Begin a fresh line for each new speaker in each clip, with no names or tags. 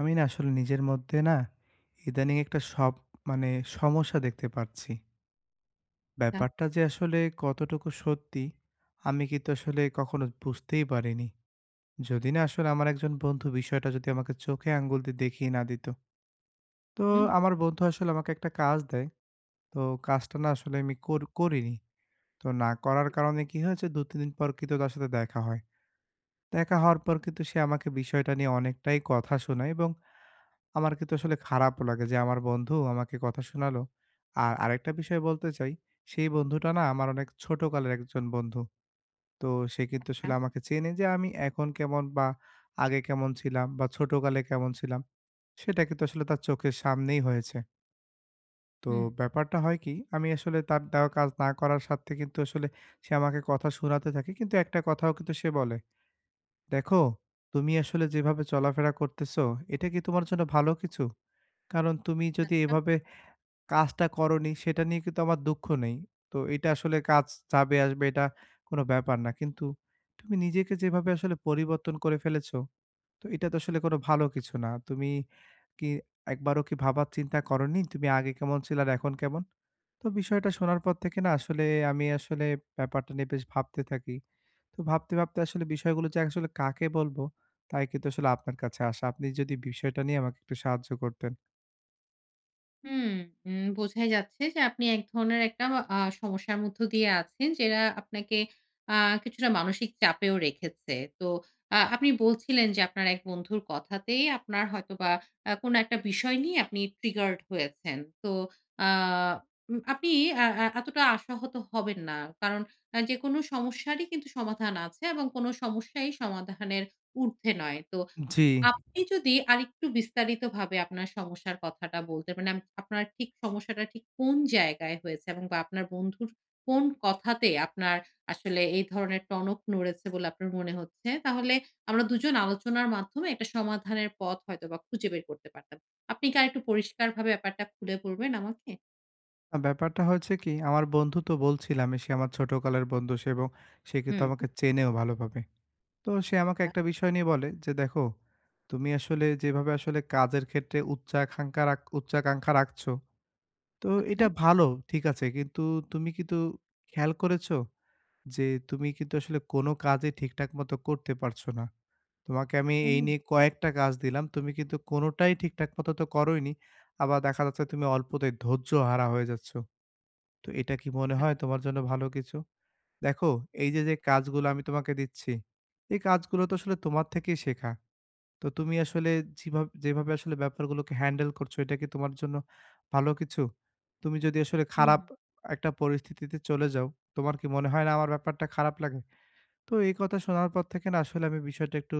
আমি না আসলে নিজের মধ্যে না ইদানিং একটা সব মানে সমস্যা দেখতে পাচ্ছি।
আচ্ছা।
ব্যাপারটা যে আসলে কতটুকু সত্যি আমি কিন্তু আসলে কখনো বুঝতেই পারিনি। যদি না আসলে আমার একজন বন্ধু বিষয়টা যদি আমাকে চোখে আঙ্গুল দিয়ে দেখিয়ে না দিত। তো
হুম,
আমার বন্ধু আসলে আমাকে একটা কাজ দেয়। তো কাজটা না আসলে আমি করিনি। তো না করার কারণে কি হয়েছে ২-৩ দিন পর কিন্তু তার সাথে দেখা হয়। দেখা হওয়ার পর কিন্তু সে আমাকে বিষয়টা নিয়ে অনেকটাই কথা শোনায় এবং আমার কিন্তু আসলে খারাপও লাগে যে আমার বন্ধু আমাকে কথা শোনালো। আর আরেকটা বিষয় বলতে চাই, সেই বন্ধুটা না আমার অনেক ছোটকালের একজন বন্ধু। তো সে কিন্তু
আচ্ছা।
আসলে আমাকে চেনে যে আমি এখন কেমন বা আগে কেমন ছিলাম বা ছোটকালে কেমন ছিলাম, সেটা কিন্তু আসলে তার চোখের সামনেই হয়েছে। তো
হুম,
ব্যাপারটা হয় কি, আমি আসলে তার দেওয়া কাজ না করার স্বার্থে কিন্তু আসলে সে আমাকে কথা শোনাতে থাকে। কিন্তু একটা কথাও কিন্তু সে বলে, "দেখো, তুমি আসলে যেভাবে চলাফেরা করতেছো, এটা কি তোমার জন্য ভালো কিছু?" কারণ তুমি যদি এভাবে কাজটা করোনি সেটা নিয়ে কিন্তু আমার দুঃখ নেই। তো এটা আসলে কাজ যাবে আসবে এটা কোনো ব্যাপার না। কিন্তু তুমি নিজেকে যেভাবে আসলে পরিবর্তন করে ফেলেছো, তো এটা তো আসলে কোনো ভালো কিছু না। তুমি কি একবারও কি ভাবার চিন্তা করোনি? তুমি আগে কেমন ছিল আর এখন কেমন? তো বিষয়টা শোনার পর থেকে না আসলে আমি আসলে ব্যাপারটা নিয়ে বেশ ভাবতে থাকি। তো ভাবতে, ভাবতে আসলে বিষয়গুলো যে আসলে কাকে বলবো তাই কিন্তু আসলে আপনার কাছে আসা। আপনি যদি বিষয়টা নিয়ে আমাকে একটু সাহায্য করতেন।
হুম, বোঝাই যাচ্ছে যে আপনি এক ধরনের একটা সমস্যার মধ্য দিয়ে আছেন যেটা আপনাকে আ কিছুটা মানসিক চাপেও রেখেছে। তো আপনি বলছিলেন যে আপনার এক বন্ধুর কথাতেই আপনার হয়তোবা কোনো একটা বিষয় নিয়ে আপনি ট্রিগার্ড হয়েছেন। তো আ উম আপনি আ আ এতটা আশাহত হবেন না। কারণ যেকোনো সমস্যারই কিন্তু সমাধান আছে এবং কোনো সমস্যাই সমাধানের ঊর্ধ্বে নয়। তো
জি।
আপনি যদি আরেকটু বিস্তারিতভাবে আপনার সমস্যার কথাটা বলতে মানে আপনার ঠিক সমস্যাটা ঠিক কোন জায়গায় হয়েছে এবং বা আপনার বন্ধুর কোন কথাতে আপনার আসলে এই ধরনের টনক নড়েছে বলে আপনার মনে হচ্ছে, তাহলে আমরা দুজন আলোচনার মাধ্যমে একটা সমাধানের পথ হয়তোবা খুঁজে বের করতে পারতাম। আপনি কি আরেকটু পরিষ্কারভাবে ব্যাপারটা খুলে বলবেন আমাকে?
ব্যাপারটা হয়েছে কি, আমার বন্ধু তো বলছিলাম, সে আমার ছোটকালের বন্ধু সে এবং সে কিন্তু
হুম,
আমাকে চেনেও ভালোভাবে। তো সে আমাকে
তা
একটা বিষয় নিয়ে বলে যে, "দেখো, তুমি আসলে যেভাবে আসলে কাজের ক্ষেত্রে উচ্চাকাঙ্ক্ষা রাখছো, তো
আচ্ছা।
এটা ভালো, ঠিক আছে। কিন্তু তুমি কিন্তু খেয়াল করেছো যে, তুমি কিন্তু আসলে কোনো কাজই ঠিকঠাক মতো করতে পারছো না। তোমাকে আমি
ও!
এই নিয়ে কয়েকটা কাজ দিলাম। তুমি কিন্তু কোনোটাই ঠিকঠাক মতো তো করোইনি। আবার দেখা যাচ্ছে তুমি অল্পতেই ধৈর্য হারা হয়ে যাচ্ছো।" তো এটা কি মনে হয় তোমার জন্য ভালো কিছু? দেখো এই যে, যে কাজগুলো আমি তোমাকে দিচ্ছি, এই কাজগুলো তো আসলে তোমার থেকেই শেখা। তো তুমি আসলে যেভাবে যেভাবে আসলে ব্যাপারগুলোকে হ্যান্ডেল করছো এটা কি তোমার জন্য ভালো কিছু? তুমি যদি আসলে
হুম,
খারাপ একটা পরিস্থিতিতে চলে যাও, তোমার কি মনে হয় না আমার ব্যাপারটা খারাপ লাগে? তো এই কথা শোনার পর থেকে না আসলে আমি বিষয়টা একটু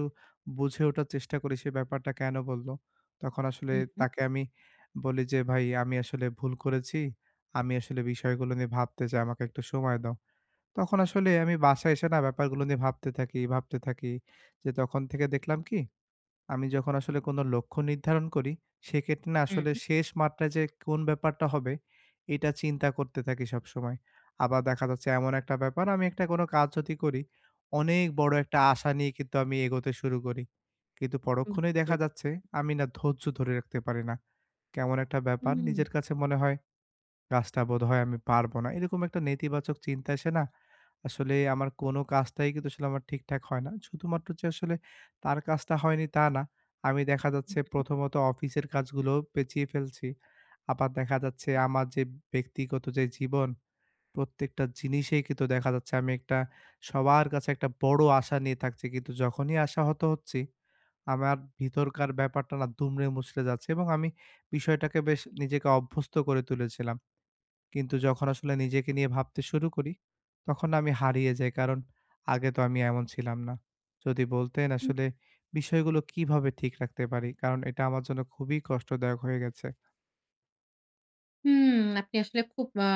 বুঝে ওঠার চেষ্টা করি সে ব্যাপারটা কেন বলল। তখন আসলে
হুম,
তাকে আমি বলি যে, "ভাই আমি আসলে ভুল করেছি। আমি আসলে বিষয়গুলো নিয়ে ভাবতে চাই, আমাকে একটু সময় দাও।" তখন আসলে আমি বাসায় এসে না ব্যাপারগুলো নিয়ে ভাবতে থাকি, ভাবতে থাকি। যে তখন থেকে দেখলাম কি আমি যখন আসলে কোনো লক্ষ্য নির্ধারণ করি, সেক্ষেত্রে না
হুম,
আসলে
হুম,
শেষ মাত্রায় যে কোন ব্যাপারটা হবে, এটা চিন্তা করতে থাকি সবসময়। আবার দেখা যাচ্ছে এমন একটা ব্যাপার আমি একটা কোনো কাজ যদি করি, অনেক বড় একটা আশা নিয়ে কিন্তু আমি এগোতে শুরু করি। কিন্তু পরক্ষণেই
বুঝতে
দেখা
পেরেছি।
যাচ্ছে আমি না ধৈর্য ধরে রাখতে পারি না। কেমন একটা ব্যাপার নিজের কাছে মনে হয়, কাজটা বোধহয় আমি পারব না। এরকম একটা নেতিবাচক চিন্তা এসে না আসলে আমার কোনো কাজটাই কিন্তু আসলে আমার ঠিকঠাক হয় না। শুধুমাত্র যে আসলে তার কাজটা হয়নি তা না। আমি দেখা যাচ্ছে প্রথমত অফিসের কাজগুলোও পেঁচিয়ে ফেলছি। আবার দেখা যাচ্ছে আমার যে ব্যক্তিগত যে জীবন, প্রত্যেকটা জিনিসেই কিন্তু দেখা যাচ্ছে আমি একটা সবার কাছে একটা বড় আশা নিয়ে থাকছি। কিন্তু যখনই আশাহত হচ্ছি, আমার ভিতরকার ব্যাপারটা না দুমড়ে মুচড়ে যাচ্ছে এবং আমি বিষয়টাকে বেশ নিজেকে অভ্যস্ত করে তুলেছিলাম। কিন্তু যখন আসলে নিজেকে নিয়ে ভাবতে শুরু করি, তখন না আমি হারিয়ে যাই। কারণ আগে তো আমি এমন ছিলাম না। যদি বলতেন
হুম।
আসলে বিষয়গুলো কিভাবে ঠিক রাখতে পারি? কারণ এটা আমার জন্য খুবই কষ্টদায়ক হয়ে গেছে।
হুম, আপনি আসলে খুব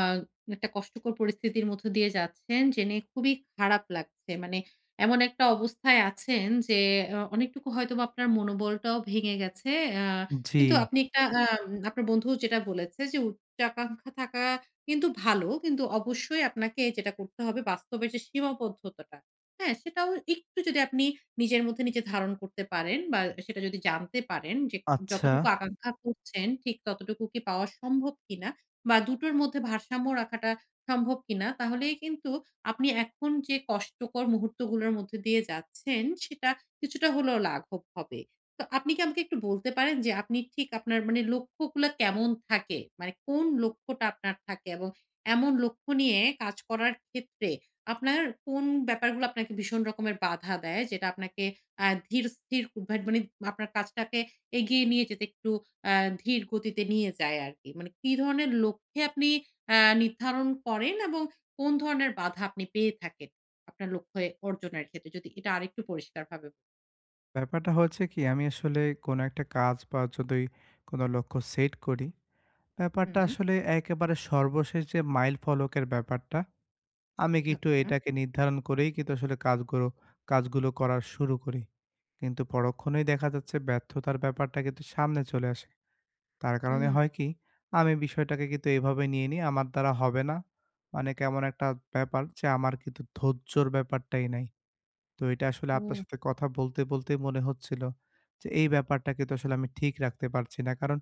একটা কষ্টকর পরিস্থিতির মধ্য দিয়ে যাচ্ছেন জেনে খুবই খারাপ লাগছে। মানে এমন একটা অবস্থায় আছেন যে অনেকটুকু হয়তোবা আপনার মনোবলটাও ভেঙে গেছে। আ
জি,
কিন্তু আপনি একটা আ আপনার বন্ধু যেটা বলেছে যে উচ্চাকাঙ্ক্ষা থাকা কিন্তু ভালো। কিন্তু অবশ্যই আপনাকে যেটা করতে হবে বাস্তবের যে সীমাবদ্ধতাটা, হ্যাঁ? সেটাও একটু যদি আপনি নিজের মধ্যে নিজে ধারণ করতে পারেন বা সেটা যদি জানতে পারেন যে
আচ্ছা।
যতটুকু আকাঙ্ক্ষা করছেন ঠিক ততটুকু কি পাওয়া সম্ভব কিনা বা দুটোর মধ্যে ভারসাম্য রাখাটা সম্ভব কিনা তাহলেই কিন্তু আপনি এখন যে কষ্টকর মুহূর্তগুলোর মধ্যে দিয়ে যাচ্ছেন সেটা কিছুটা হলেও লাঘব হবে। তো আপনি কি আমাকে একটু বলতে পারেন যে আপনি ঠিক আপনার মানে লক্ষ্যগুলা কেমন থাকে? মানে কোন লক্ষ্যটা আপনার থাকে এবং এমন লক্ষ্য নিয়ে কাজ করার ক্ষেত্রে আপনার কোন ব্যাপারগুলো আপনাকে ভীষণ রকমের বাধা দেয়? যেটা আপনাকে ধীর স্থির মানে আপনার কাজটাকে এগিয়ে নিয়ে যেতে একটু আ ধীর গতিতে নিয়ে যায় আরকি। মানে কি ধরনের লক্ষ্যে আপনি আ নির্ধারণ করেন এবং কোন ধরনের বাধা আপনি পেয়ে থাকেন আপনার লক্ষ্য অর্জনের ক্ষেত্রে? যদি এটা আরেকটু পরিষ্কারভাবে।
ব্যাপারটা হয়েছে কি আমি আসলে কোনো একটা কাজ বা যদি কোনো লক্ষ্য সেট করি, ব্যাপারটা
হুম,
আসলে একেবারে সর্বশেষ যে মাইল ফলকের ব্যাপারটা, আমি কিন্তু
আচ্ছা।
এটাকে নির্ধারণ করেই কিন্তু আসলে কাজগুলো কাজগুলো করা শুরু করি। কিন্তু পরক্ষণেই দেখা যাচ্ছে ব্যর্থতার ব্যাপারটা কিন্তু সামনে চলে আসে। তার কারণে
হুম।
হয় কি, আমি বিষয়টাকে কিন্তু এভাবে নিয়ে নিই, আমার দ্বারা হবে না। মানে কেমন একটা ব্যাপার যে আমার কিন্তু ধৈর্যর ব্যাপারটাই নাই। তো এটা আসলে আপনার
ও!
সাথে কথা বলতে, বলতেই মনে হচ্ছিল যে এই ব্যাপারটা কিন্তু আসলে আমি ঠিক রাখতে পারছি না। কারণ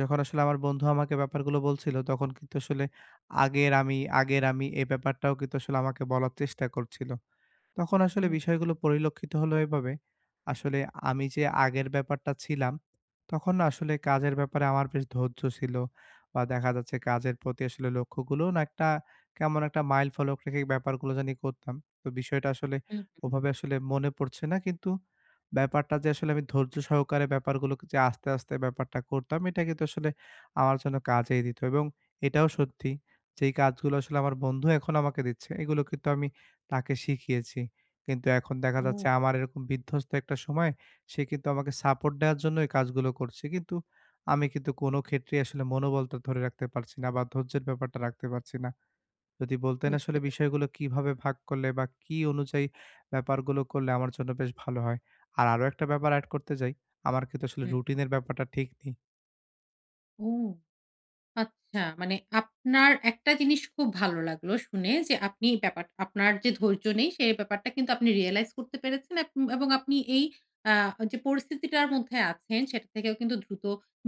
যখন আসলে আমার বন্ধু আমাকে ব্যাপারগুলো বলছিল, তখন কিন্তু আসলে আগের আমি, আগের আমি এই ব্যাপারটাও কিন্তু আসলে আমাকে বলার চেষ্টা করছিল। তখন আসলে
হুম,
বিষয়গুলো পরিলক্ষিত হলো এভাবে, আসলে আমি যে আগের ব্যাপারটা ছিলাম, তখন না আসলে কাজের ব্যাপারে আমার বেশ ধৈর্য ছিল বা দেখা যাচ্ছে কাজের প্রতি আসলে লক্ষ্যগুলো না একটা কেমন একটা মাইল ফলক রেখে ব্যাপারগুলো জানি করতাম। তো বিষয়টা আসলে
হুম, হুম।
ওভাবে আসলে মনে পড়ছে না। কিন্তু ব্যাপারটা যে আসলে আমি ধৈর্য সহকারে ব্যাপারগুলোকে যে আস্তে, আস্তে ব্যাপারটা করতাম, এটা কিন্তু আসলে আমার জন্য কাজেই দিত এবং এটাও সত্যি যেই কাজগুলো আসলে আমার বন্ধু এখন আমাকে দিচ্ছে, এগুলো কিন্তু আমি তাকে শিখিয়েছি। কিন্তু এখন দেখা যাচ্ছে
ও!
আমার এরকম বিধ্বস্ত একটা সময় সে কিন্তু আমাকে সাপোর্ট দেওয়ার জন্য এই কাজগুলো করছে। কিন্তু আমি কিন্তু কোনো ক্ষেত্রেই আসলে মনোবলটা ধরে রাখতে পারছি না বা ধৈর্যের ব্যাপারটা রাখতে পারছি না। যদি বলতেন আসলে
বুঝতে পেরেছি।
বিষয়গুলো কিভাবে ভাগ করলে বা কি অনুযায়ী ব্যাপারগুলো করলে আমার জন্য বেশ ভালো হয়? আর আরো একটা ব্যাপার এড করতে যাই, আমার কিন্তু আসলে
হুম।
রুটিনের ব্যাপারটা ঠিক নেই।
ও! আচ্ছা, মানে আপনার একটা জিনিস খুব ভালো লাগলো শুনে যে আপনি আপনার যে ধৈর্য নেই সেই ব্যাপারটা কিন্তু আপনি রিয়ালাইজ করতে পেরেছেন এবং আপনি এই আ যে পরিস্থিতিটার মধ্যে আছেন সেটা থেকেও কিন্তু দ্রুত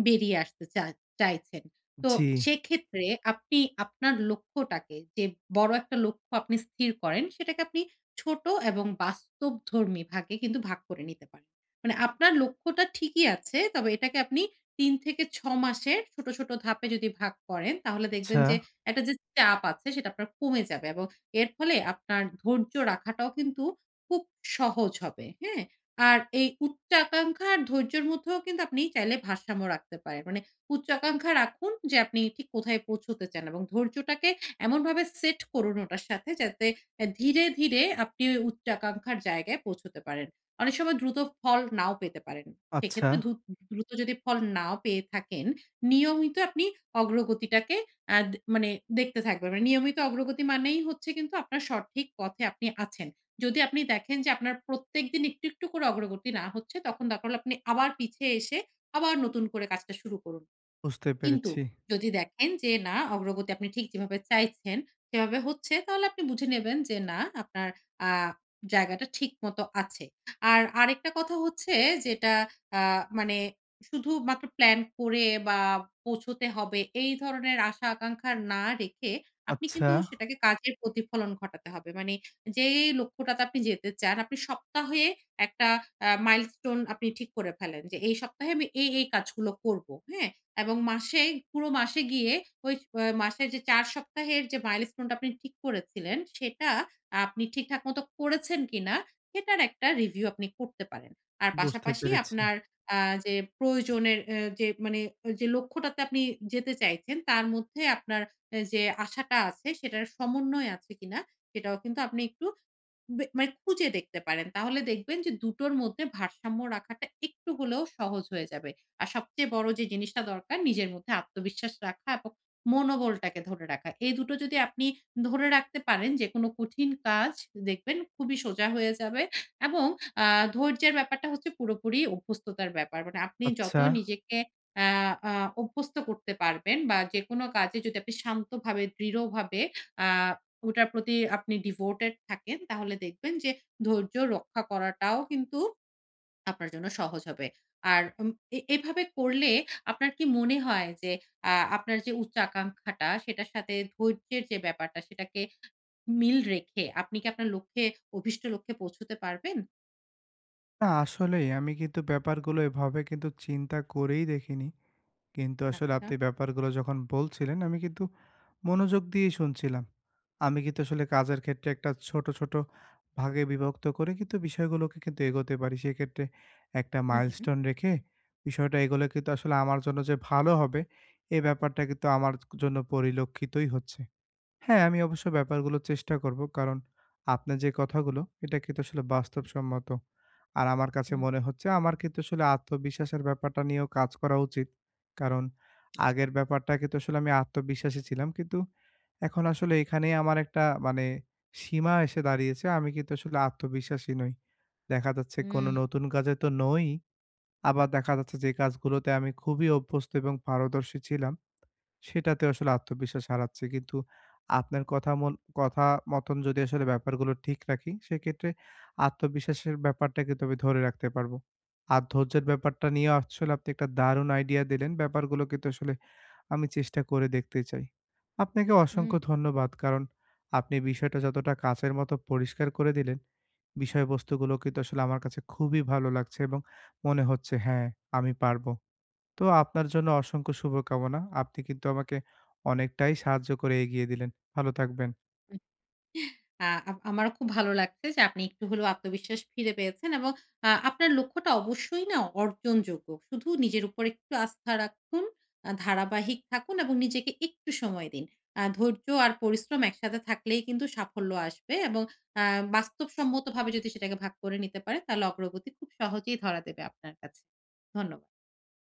বেরিয়ে আসতে চাইছেন। তো
জি,
সেক্ষেত্রে আপনি আপনার লক্ষ্যটাকে যে বড় একটা লক্ষ্য আপনি স্থির করেন সেটাকে আপনি ছোট এবং বাস্তবধর্মী ভাগে কিন্তু ভাগ করে নিতে পারেন। মানে আপনার লক্ষ্যটা ঠিকই আছে তবে এটাকে আপনি ৩ থেকে ৬ মাসের ছোট, ছোট ধাপে যদি ভাগ করেন তাহলে দেখবেন
আচ্ছা,
যে একটা যে চাপ আছে সেটা আপনার কমে যাবে এবং এর ফলে আপনার ধৈর্য রাখাটাও কিন্তু খুব সহজ হবে। হ্যাঁ? আর এই উচ্চাকাঙ্ক্ষা আর ধৈর্যের মধ্যেও কিন্তু আপনি চাইলে ভারসাম্য রাখতে পারেন। মানে উচ্চাকাঙ্ক্ষা রাখুন যে আপনি ঠিক কোথায় পৌঁছতে চান এবং ধৈর্যটাকে এমনভাবে সেট করুন ওটার সাথে যাতে ধীরে, ধীরে আপনি ওই উচ্চাকাঙ্ক্ষার জায়গায় পৌঁছতে পারেন। অনেক সময় দ্রুত ফল নাও পেতে পারেন।
আচ্ছা
সেক্ষেত্রে দ্রুত যদি ফল নাও পেয়ে থাকেন, নিয়মিত আপনি অগ্রগতিটাকে আ দে মানে দেখতে থাকবেন। মানে নিয়মিত অগ্রগতি মানেই হচ্ছে কিন্তু আপনার সঠিক পথে আপনি আছেন। যদি আপনি দেখেন যে আপনার প্রত্যেকদিন একটু, একটু করে অগ্রগতি না হচ্ছে, তখন দরকার হলে আপনি আবার পিছিয়ে এসে আবার নতুন করে কাজটা শুরু করুন।
বুঝতে
কিন্তু
পেরেছি।
যদি দেখেন যে না অগ্রগতি আপনি ঠিক যেভাবে চাইছেন সেভাবে হচ্ছে, তাহলে আপনি বুঝে নেবেন যে না আপনার আ জায়গাটা ঠিকমতো আছে। আর আরেকটা কথা হচ্ছে যেটা আ মানে শুধুমাত্র প্ল্যান করে বা পৌঁছতে হবে এই ধরনের আশা-আকাঙ্ক্ষা না রেখে আপনি
আচ্ছা,
কিন্তু সেটাকে কাজের প্রতিফলন ঘটাতে হবে। মানে যেই লক্ষ্যটাতে আপনি যেতে চান আপনি সপ্তাহে একটা মাইলস্টোন আপনি ঠিক করে ফেলেন যে এই সপ্তাহে আমি এই, এই কাজগুলো করব। হ্যাঁ? এবং মাসে পুরো মাসে গিয়ে ওই মাসের যে ৪ সপ্তাহের যে মাইলস্টোন টা আপনি ঠিক করেছিলেন, সেটা আপনি ঠিকঠাক মতো করেছেন কিনা, সেটার একটা রিভিউ আপনি করতে পারেন। আর
বুঝতে
পাশাপাশি
পেরেছি।
আপনার আ যে প্রয়োজনের এ যে মানে যে লক্ষ্যটাতে আপনি যেতে চাইছেন, তার মধ্যে আপনার যে আশাটা আছে, সেটার সমন্বয় আছে কিনা, সেটাও কিন্তু আপনি একটু মানে খুঁজে দেখতে পারেন। তাহলে দেখবেন যে ২ টোর মধ্যে ভারসাম্য রাখাটা একটু হলেও সহজ হয়ে যাবে। আর সবচেয়ে বড় যে জিনিসটা দরকার নিজের মধ্যে আত্মবিশ্বাস রাখা এবং মনোবলটাকে ধরে রাখা। এই ২ টো যদি আপনি ধরে রাখতে পারেন যেকোনো কঠিন কাজ দেখবেন খুবই সোজা হয়ে যাবে এবং আ ধৈর্যের ব্যাপারটা হচ্ছে পুরোপুরি অভ্যস্ততার ব্যাপার। মানে আপনি যত
আচ্ছা।
নিজেকে আ আ অভ্যস্ত করতে পারবেন বা যেকোনো কাজে যদি আপনি শান্তভাবে দৃঢ়ভাবে আ ওটার প্রতি আপনি ডিভোটেড থাকেন তাহলে দেখবেন যে ধৈর্য রক্ষা করাটাও কিন্তু আপনার জন্য সহজ হবে। আর উম এ এভাবে করলে আপনার কি মনে হয় যে আপনার যে উচ্চ আকাঙ্খাটা সেটার সাথে ধৈর্যের যে ব্যাপারটা সেটাকে মিল রেখে আপনি কি আপনার লক্ষ্যে অভীষ্ট লক্ষ্যে পৌঁছতে পারবেন?
না আসলেই আমি কিন্তু ব্যাপারগুলো এভাবে কিন্তু চিন্তা করেই দেখিনি। কিন্তু আসলে
আচ্ছা।
আপনি ব্যাপারগুলো যখন বলছিলেন আমি কিন্তু মনোযোগ দিয়েই শুনছিলাম। আমি কিন্তু আসলে কাজের ক্ষেত্রে একটা ছোট, ছোট ভাগে বিভক্ত করে কিন্তু বিষয়গুলোকে কিন্তু এগোতে পারি। সেক্ষেত্রে একটা
হু, হু।
মাইলস্টোন রেখে বিষয়টা এগোলে কিন্তু আসলে আমার জন্য যে ভালো হবে, এ ব্যাপারটা কিন্তু আমার জন্য পরিলক্ষিতই হচ্ছে। হ্যাঁ, আমি অবশ্য ব্যাপারগুলো চেষ্টা করব। কারণ আপনার যে কথাগুলো, এটা কিন্তু আসলে বাস্তবসম্মত। আর আমার কাছে
হুম,
মনে হচ্ছে আমার কিন্তু আসলে আত্মবিশ্বাসের ব্যাপারটা নিয়েও কাজ করা উচিত। কারণ আগের
একদম।
ব্যাপারটা কিন্তু আসলে আমি আত্মবিশ্বাসী ছিলাম। কিন্তু এখন আসলে এখানেই আমার একটা মানে সীমা এসে দাঁড়িয়েছে। আমি কিন্তু আসলে আত্মবিশ্বাসী নই। দেখা যাচ্ছে কোনো
হুম,
নতুন কাজে তো নই, আবার দেখা যাচ্ছে যে কাজগুলোতে আমি খুবই অভ্যস্ত এবং পারদর্শী ছিলাম সেটাতে আসলে আত্মবিশ্বাস হারাচ্ছে। কিন্তু আপনার কথা মতন যদি আসলে ব্যাপারগুলো ঠিক রাখি, সেক্ষেত্রে আত্মবিশ্বাসের ব্যাপারটা কিন্তু আমি ধরে রাখতে পারবো। আর ধৈর্যের ব্যাপারটা নিয়ে আসলে আপনি একটা দারুণ আইডিয়া দিলেন। ব্যাপারগুলো কিন্তু আসলে আমি চেষ্টা করে দেখতে চাই। আপনাকে
হুম।
অসংখ্য ধন্যবাদ। কারণ আপনি বিষয়টা যতটা কাঁচের মতো পরিষ্কার করে দিলেন, বিষয়বস্তুগুলো কিন্তু আসলে আমার কাছে খুবই ভালো লাগছে এবং মনে হচ্ছে হ্যাঁ, আমি পারবো। তো আপনার জন্য অসংখ্য শুভকামনা। আপনি কিন্তু আমাকে অনেকটাই সাহায্য করে এগিয়ে দিলেন। ভালো থাকবেন।
আহ, আ আম আমারও খুব ভালো লাগছে যে আপনি একটু হলেও আত্মবিশ্বাস ফিরে পেয়েছেন এবং আপনার লক্ষ্যটা অবশ্যই না অর্জনযোগ্য। শুধু নিজের উপর একটু আস্থা রাখুন, ধারাবাহিক থাকুন এবং নিজেকে একটু সময় দিন। ধৈর্য আর পরিশ্রম একসাথে থাকলেই কিন্তু সাফল্য আসবে এবং আ বাস্তবসম্মতভাবে যদি সেটাকে ভাগ করে নিতে পারেন তাহলে অগ্রগতি খুব সহজেই ধরা দেবে আপনার কাছে। ধন্যবাদ।